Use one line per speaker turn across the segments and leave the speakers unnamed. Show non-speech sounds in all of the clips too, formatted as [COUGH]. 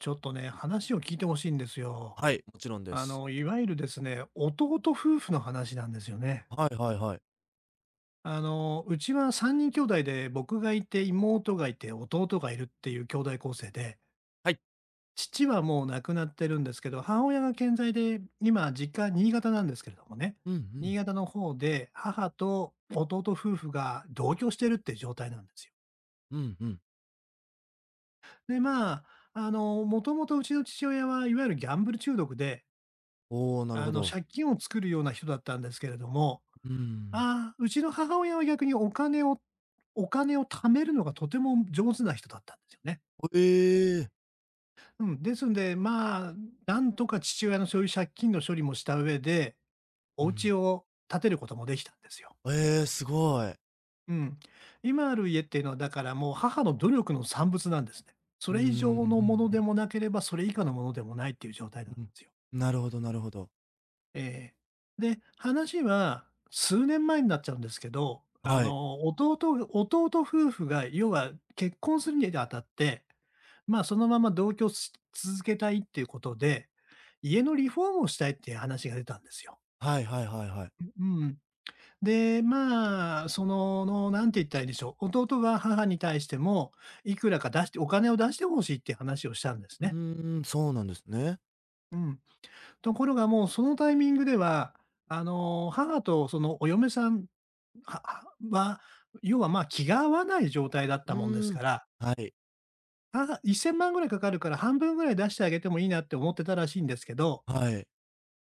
ちょっとね、話を聞いてほしいんですよ。
はい、もちろんです。
いわゆるですね、弟夫婦の話なんですよね。
はいはいはい。
うちは3人兄弟で、僕がいて、妹がいて、弟がいるっていう兄弟構成で、
はい。
父はもう亡くなってるんですけど、母親が健在で、今、実家、新潟なんですけれどもね、
うんう
新
ん。
潟の方で、母と弟夫婦が同居してるって状態なんですよ。
うんうん。
で、まあ、もともとうちの父親はいわゆるギャンブル中毒で、
おお、なるほど。
借金を作るような人だったんですけれども、
うーん。
うちの母親は逆にお金を貯めるのがとても上手な人だったんですよね。
ええ。
うん、ですんで、まあ、なんとか父親のそういう借金の処理もした上で、お
う
家
ん。
を建てることもできたんですよ。
ええ、すごい。
うん。今ある家っていうのはだからもう母の努力の産物なんですね。そ
うーん、
れ
う
以上のも
ん
の
う
で
ん、
もなければ、それ以下のものでもないっていう状態なんで
うん。
すよ。
なるほどなるほど。
ええ。で、話は数年前になっちゃうんですけど、あ
はい。
の、弟夫婦が要は結婚するにあたって、ま、そのまま同居し続けたいっていうことで、家のリフォームをしたいっていう話が出たんですよ。
はいはいはいはい。
うん。で、まあ、そのの、何て言ったらいいんでしょう、弟は母に対しても、いくらか出してお金を出してほしいっていう話をしたんです
う
ね。
ーん、そうなんですね。
うん。ところがもうそのタイミングでは、母とそのお嫁さんははは、要は、ま、気が合わない状態だった
う
もんです
ー
か
ん。
ら、
はい。
1000万ぐらいかかるから半分ぐらい出してあげてもいいなって思ってたらしいんですけど、
はい。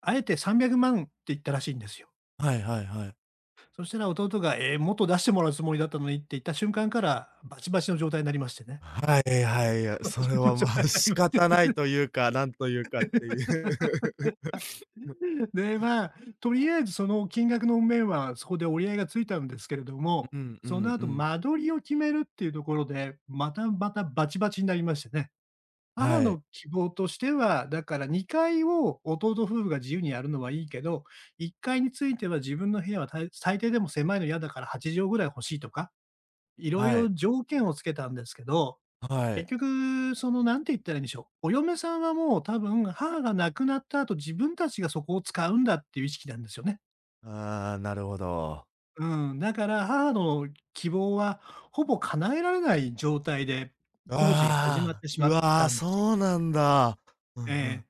あえて300万って言ったらしいんですよ。
はいはいはい。
そしたら弟が、ええ、もっと出してもらうつもりだったのにって言った瞬間から、バチバチの状態になりましてね。
はいはい。いや
[LAUGHS] バ
そ
チ
れ
バチの
は、
状
まあ、
態に
仕
なり
方
まし
ない
て。
というか、なんというかっていう。[LAUGHS]
で、まあ、とりあえずその金額の面はそこで折り合いがついたんですけれども、
うんう
その
んう
後
ん。
間取りを決めるっていうところで、またまたバチバチになりましてね。母
はい。
の希望としては、だから2階を弟夫婦が自由にやるのはいいけど、1階については自分の部屋はたい最低でも狭いの嫌だから8畳ぐらい欲しいとか、いろい
は
ろ
い。
条件をつけたんですけど、
は
結
い。
局そのなんて言ったらいいんでしょう、お嫁さんはもう多分、母が亡くなった後、自分たちがそこを使うんだっていう意識なんですよね。
ああ、なるほど。
うん、だから母の希望はほぼ叶えられない状態で工事が始まっ
ああ、
てしま
う
っ
わあ、
たんですよ。
そうなんだ。うんう
え
ん。
え。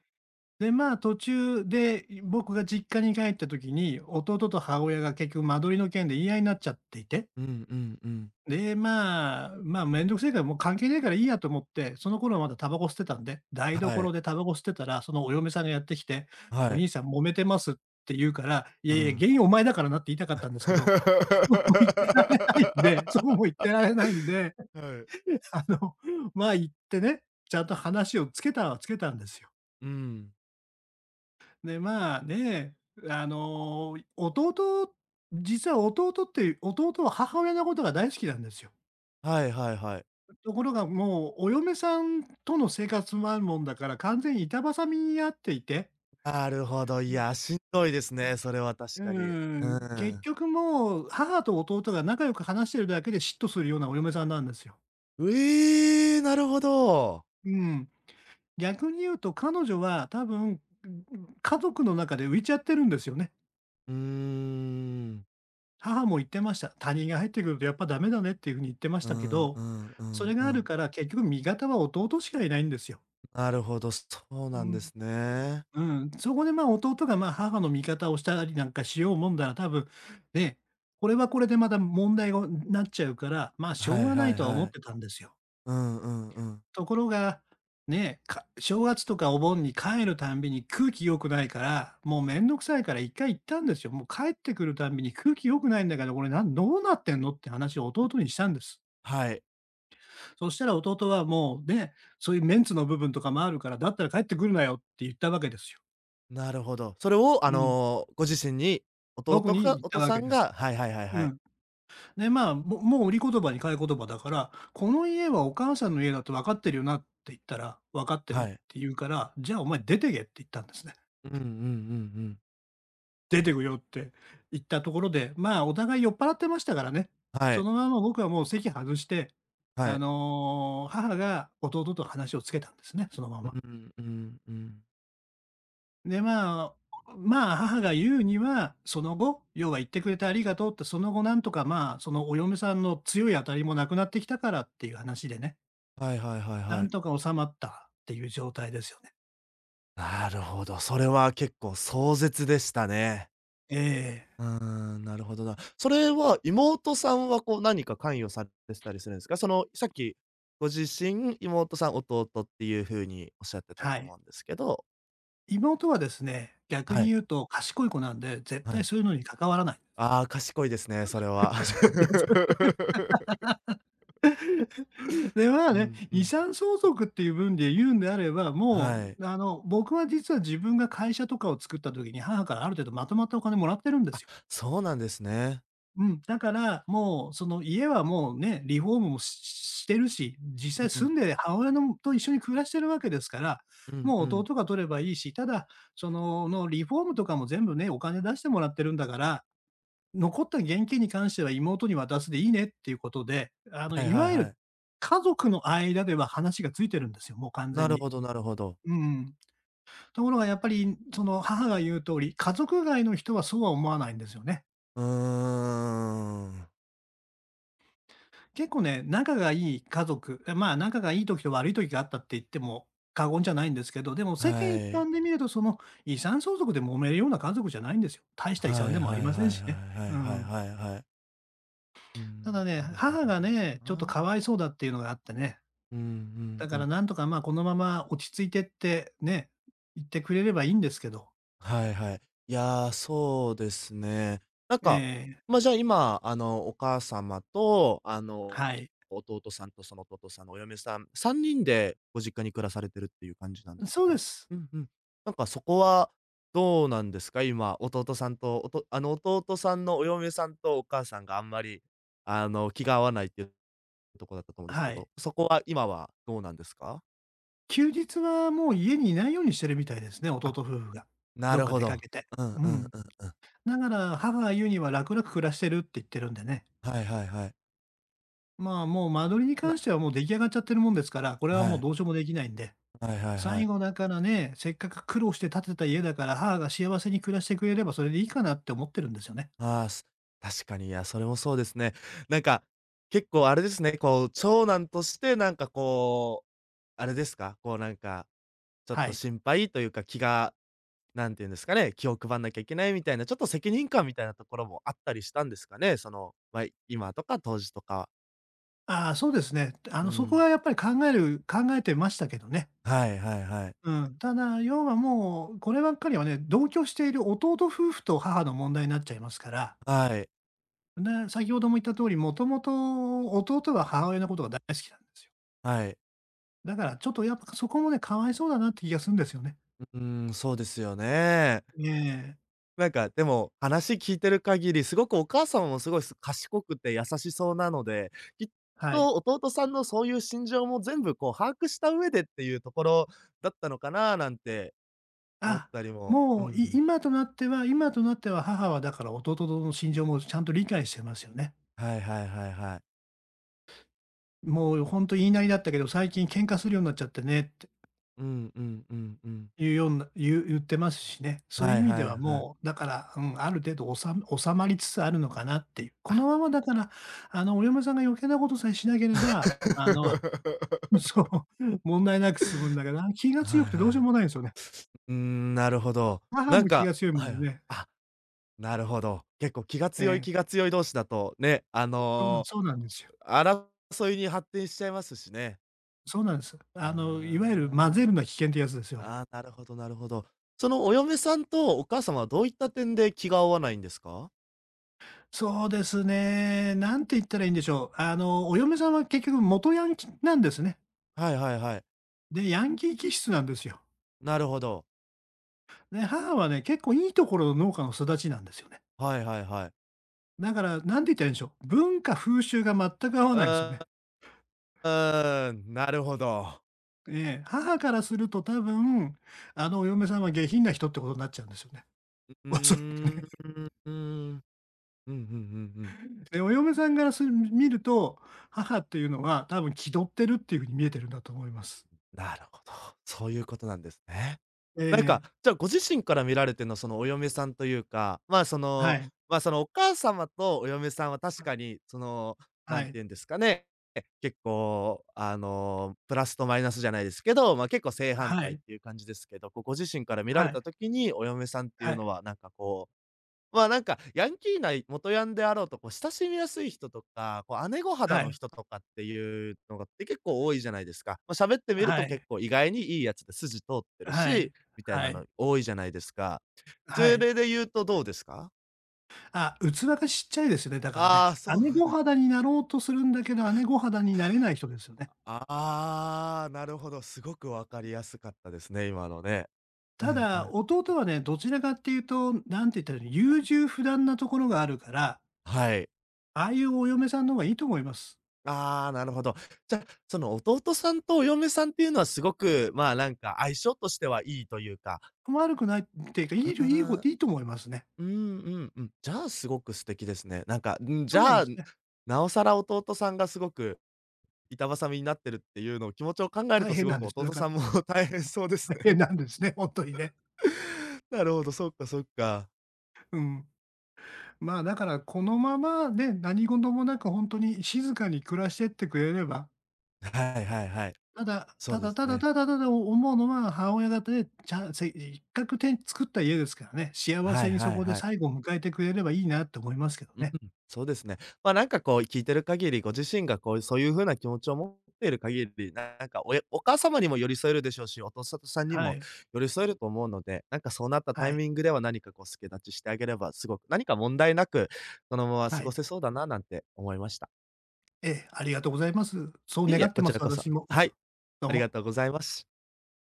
で、まあ、途中で僕が実家に帰った時に、弟と母親が結局間取りの件で言い合いになっちゃっていて、
うんうんうん。
で、まあ、まあ、めんどくせえからもう関係ねえからいいやと思って、その頃はまだタバコ吸ってたんで、台
は
所
い。
でタバコ吸ってたら、そのお嫁さんがやってきて、
は
お
い。
兄さん揉めてますって言うから、い
う
やいや、
ん。
原因お前だからなって言いたかったんですけど、[LAUGHS]
[LAUGHS]
そうも言ってられないんで、そうも言ってられないんで、
はい。
あの、まあ、言ってね、ちゃんと話をつけたはつけたんですよ。
うん。
で、まあね、あの、弟実は弟って弟は母親のことが大好きなんですよ。
はいはいはい。
ところがもうお嫁さんとの生活もあるもんだから、完全に板挟みにあっていて、
なるほど、
う
い
ん、
や、しんどいですね、それは確かに。う
結
ん。
局もう母と弟が仲良く話してるだけで嫉妬するようなお嫁さんなんですよ。
うえ、なるほど。
うん。逆に言うと彼女は多分、家族の中で浮いちゃってるんですよね。
うーん。
母も言ってました。他人が入ってくるとやっぱダメだねっていう風に言ってまし
う
たけ
んう
ど、
んう
それ
ん
が
う
ある
ん。
から結局味方は弟しかいないんですよ。
なるほどいやしんどいですねそれは確かにうんええなるほどうーんうんうんうんうんなるほどそう
う
なんで
ん。
すね。
うん。そこでまあ弟がまあ母の味方をしたりなんかしようもんだら多分、ね、これはこれでまた問題がなっちゃうから、まあしょ
は
う
い
がな
は
い
い
とは思
は
っ
い。
てたんですよ。
うんうんうん。
ところが、ね、正月とかお盆に帰るたんびに空気良くないから、もうめんどくさいから一回行ったんですよ。もう帰ってくるたんびに空気良くないんだけど、これなんどうなってんのって話を弟にしたんです。
はい、
そしたら弟はもうね、そういうメンツの部分とかもあるから、だったら帰ってくるなよって言ったわけですよ。
なるほど。それを、
うん。
ご自身に、弟
僕に
か
言っ
お
た
父
わ
さ
け
ん
です。
がはいはいはい
う
はい。
ん。で、まあ、もう売り言葉に買い言葉だから、この家はお母さんの家だと分かってるよなって言ったら、分かってるっ
はい。
て言うから、じゃあお前出てけって言ったんですね。
うんうんうんうん。
出てくよって言ったところで、まあ、お互い酔っ払ってましたからね。
は
そ
い、
のまま僕はもう席外して、
はい。
母が弟と話をつけたんですね、そのま
う
ま。
んうんうん。
で、まあ、まあ、母が言うには、その後、要は言ってくれてありがとうって、その後なんとか、まあ、そのお嫁さんの強い当たりもなくなってきたからっていう話でね、
はいはいはい
な
は
ん
い。
とか収まったっていう状態ですよね。
なるほど、それは結構壮絶でしたね。
ええ、
うーん、なるほどな。それは妹さんはこう何か関与されてたりするんですか？その、さっき、ご自身、妹さん、弟っていう風におっしゃってた
は
と
い。
思うんですけど
妹はですね、逆
は
に
い、
言うと賢い子なんで、絶
は
対
い。
そういうのに関わらない。
ああ、賢いですね、それ
[LAUGHS]
は。
賢いです。
[LAUGHS]
[LAUGHS] で、まあ
う
ね、
ん、う
遺
ん。
産相続っていう分で言うんであれば、も
はい。
う、僕は実は自分が会社とかを作った時に、母からある程度まとまったお金もらってるんです
あ、
よ。
そうなんですね。
うん、だから、もう、その家はもうね、リフォームもしてるし、実際
うんう
住
ん、
んで母親のと一緒に暮らしてるわけですから、
うん
もう
うん。
弟が取ればいいし、ただ、そのリフォームとかも全部ね、お金出してもらってるんだから、残った現金に関しては妹に渡すでいいねっていうことで、あの、
はい
い
は
わ
い
ゆ
は
る
い。
家族の間では話がついてるんですよ、もう完
な
全
る
に。
ほどなるほど。
うん。ところがやっぱり、その、母が言う通り、家族外の人はそうは思わないんですよね。
うーん。
結構ね、仲がいい家族、え、まあ、仲がいい時と悪い時があったって言っても過言じゃないんですけど、でも世間一
は
般で
い。
見ると、その、遺産相続で揉めるような家族じゃないんですよ。大した
は
遺
い
産
は
で
いはい
もあ
は
り
い
ません
は
しね。う
いはい
ん。
はいはい。う
ただ
ん、
ね、
なるほ
母
ど
がね、ちょっと
な。
かわいそうだっていうのがあってね、
うんうん
だか
う
ら
ん。
なんとか、まあ、このまま落ち着いてって、ね、行ってくれればいいんですけど。
はいはい。いやー、そうですね。なん
え
か、
え、
ま、あじゃあ、今、お母様と、
はい。
弟さんと、その弟さんのお嫁さん、3人でご実家に暮らされてるっていう感じなんですか
そうで
ね。
す。
うんうん。なんか、そこはどうなんですか？今、弟さんと、おと弟さんのお嫁さんとお母さんがあんまり、気が合わないっていうとこだったと思うんです
は
け
い。
ど、そこは今はどうなんですか？
休日はもう家にいないようにしてるみたいですね、弟
あ、
夫婦が。
な
どっ
る
か
ほ
出か
ど。
けて。
うん
う
うん
ん。
うん。
だから母が言うには楽々暮らしてるって言ってるんでね。
はいはいはい。
まあ、もう間取りに
な
関してはもう出来上がっちゃってるもんですから、これはも
は
う
い。
どうしようもできないんで。
はいはいは
最
い。
後だからね、せっかく苦労して建てた家だから、母が幸せに暮らしてくれればそれでいいかなって思ってるんですよね。
ああ、す確かに、いや、それもそうですね。なんか、結構あれですね、こう、長男としてなんかこう、あれですか、こうなんか、ちょっ
は
と
い。
心配というか、気が、なんていうんですかね、気を配んなきゃいけないみたいな、ちょっと責任感みたいなところもあったりしたんですかね？その、まあ、今とか当時とか。
ああ、そうですね。
う
そこ
ん。
はやっぱり考えてましたけどね。
はいはいはい。
うん。ただ、要はもう、こればっかりはね、同居している弟夫婦と母の問題になっちゃいますから、
はい。
ね、先ほども言った通り、もともと弟は母親のことが大好きなんですよ。
はい。
だからちょっとやっぱそこもね、かわいそうだなって気がするんですよね。
うーん、そうですよね。
ええ、
なんか、でも、話聞いてる限り、すごくお母様もすごいす賢くて優しそうなので、きっ
はい。
と弟さんのそういう心情も全部こう把握した上でっていうところだったのかななんて思っ
あ、
たりも、う
もう、
ん。
今となっては母はだから弟の心情もちゃんと理解してますよね。
はいはいはいはい。
もう本当言いなりだったけど、最近喧嘩するようになっちゃってねって。
うんうんうんうん。
いうような言ってますしね。そういう
は
意
い
味で
はい
は
はい。
もう、だから、うん、ある程度収まりつつあるのかなっていう。こ
あ
のままだから、あの、お嫁さんが余計なことさえしなければ、あの [LAUGHS]
[LAUGHS]。
そう、問題なく進むんだけど、気が
は
強
い
くてどうし
は
よう
い。
もないんですよね。
うーん、なるほど。
母
なん
も気
か
が強いもん
は
で
いはい。
ね。
あ。なるほど。結構気が
え
強い
え、
気が強い同士だと、ね、
そうなんですよ。
争いに発展しちゃいますしね。
そうなんです。
あ
あの、いわゆる混ぜるのは危険ってやつですよ、あれは。
あ。ああ、なるほどなるほど。そのお嫁さんとお母様はどういった点で気が合わないんですか？
そうですね。なんて言ったらいいんでしょう。あの、お嫁さんは結局元ヤンキーなんですね。
はいはいはい。
で、ヤンキー気質なんですよ。
なるほど。
ね、母はね、結構いいところの農家の育ちなんですよね。
はいはいはい。
だから、なんて言ったらいいんでしょう、文化風習が全く合わ
う
ないんですよ
ー
ね。
うーん、なるほど。
ええ、母からすると多分、あのお嫁さんは下品な人ってことになっちゃうんですよね。
う
[LAUGHS]
ー
おそらく。
ん。うん、うんうんうんうん。
で、お嫁さんから見ると、母っていうのは多分気取ってるっていう風に見えてるんだと思います。
なるほど、そういうことなんですね。
え
なんか、
え、
じゃあご自身から見られてのそのお嫁さんというか、まあ、そ
は
の、
い、
ま、そのお母様とお嫁さんは確かに、その、
は
なんて
い、
言うんですかね、結構、プラスとマイナスじゃないですけど、ま、あ結構正反
は
対っ
い、
ていう感じですけど、こうご自身から見ら
は
れ
い、
た時に、お嫁さんってい
は
う
い、
のはなんかこうまあ、なんか、ヤンキーな元ヤンであろうと、こう親しみやすい人とか、こう姉御肌
は
の
い、
人とかっていうのがって結構多いじゃないですか。ま、喋ってみる
は
と
い、
結構意外にいいやつで筋通ってる
はい、
し、みたいなの多いじゃないですか。そ
は
れ
い。
で言うとどうですか？
あ、器がちっちゃいですよね、だ
[LAUGHS]
からね。
ああ、そう
姉御
な
肌になろうとするんだけど、姉御肌になれない人ですよね。
ああ、なるほど、すごく分かりやすかったですね、今のね。う
た
んう
だ、
ん。
弟はね、どちらかっていうと、なんて言ったらいいの、優柔不断なところがあるから、
はい。
ああいうお嫁さんの方がいいと思います。
ああ、なるほど。じゃ、その弟さんとお嫁さんっていうのはすごく、まあ、なんか相性としてはいいというか
悪くないっていうか、
あ
いい方
あ、
いいと思いますね。
うんうんうん。じゃあ、すごく素敵ですね。なんか、ん、じ
そうなん
ゃ
で
あ、
すね。
なおさら弟さんがすごく板挟みになってるっていうのを気持ちを考える
大
とす
変
ご
なん
く
ですよ、だ
弟
から。
さんも [LAUGHS] 大変そうです
大
ね。
変なんですね、ほんとにね。
[LAUGHS] なるほど、そっかそっか。
うん。まあ、だからこのままね、何事もなくほんとに静かに暮らしてってくれれば、
はいはいはい。
ただ、
そうですね。
ただ思うのは、母親方で、ちゃんせ一角てん作った家ですからね、幸
は
せ
い
にそ
はい
こで
はい。
最後を迎えてくれればいいなって思いますけど
うん
ね。
うん、そうですね。ま、なんかこう聞いてる限り、ご自身がこうそういう風な気持ちを持っている限り、なんかおえお母様にも寄り添えるでしょうし、お父ささんに
は
も
い。
寄り添えると思うので、なんかそうなったタ
は
イ
い。
ミングでは何かこう助太刀してあげれば、すごく何か問題なく、そのまま
は
過
い。
ごせそうだななんて思いました。
ええ、ありがとうございます。そう
いえ
願
い
っ
え、
て
こ
ま
ち
す、
らこそ。
私も。
は
[LAUGHS]
い、
どう
ありが
も。
とうございます。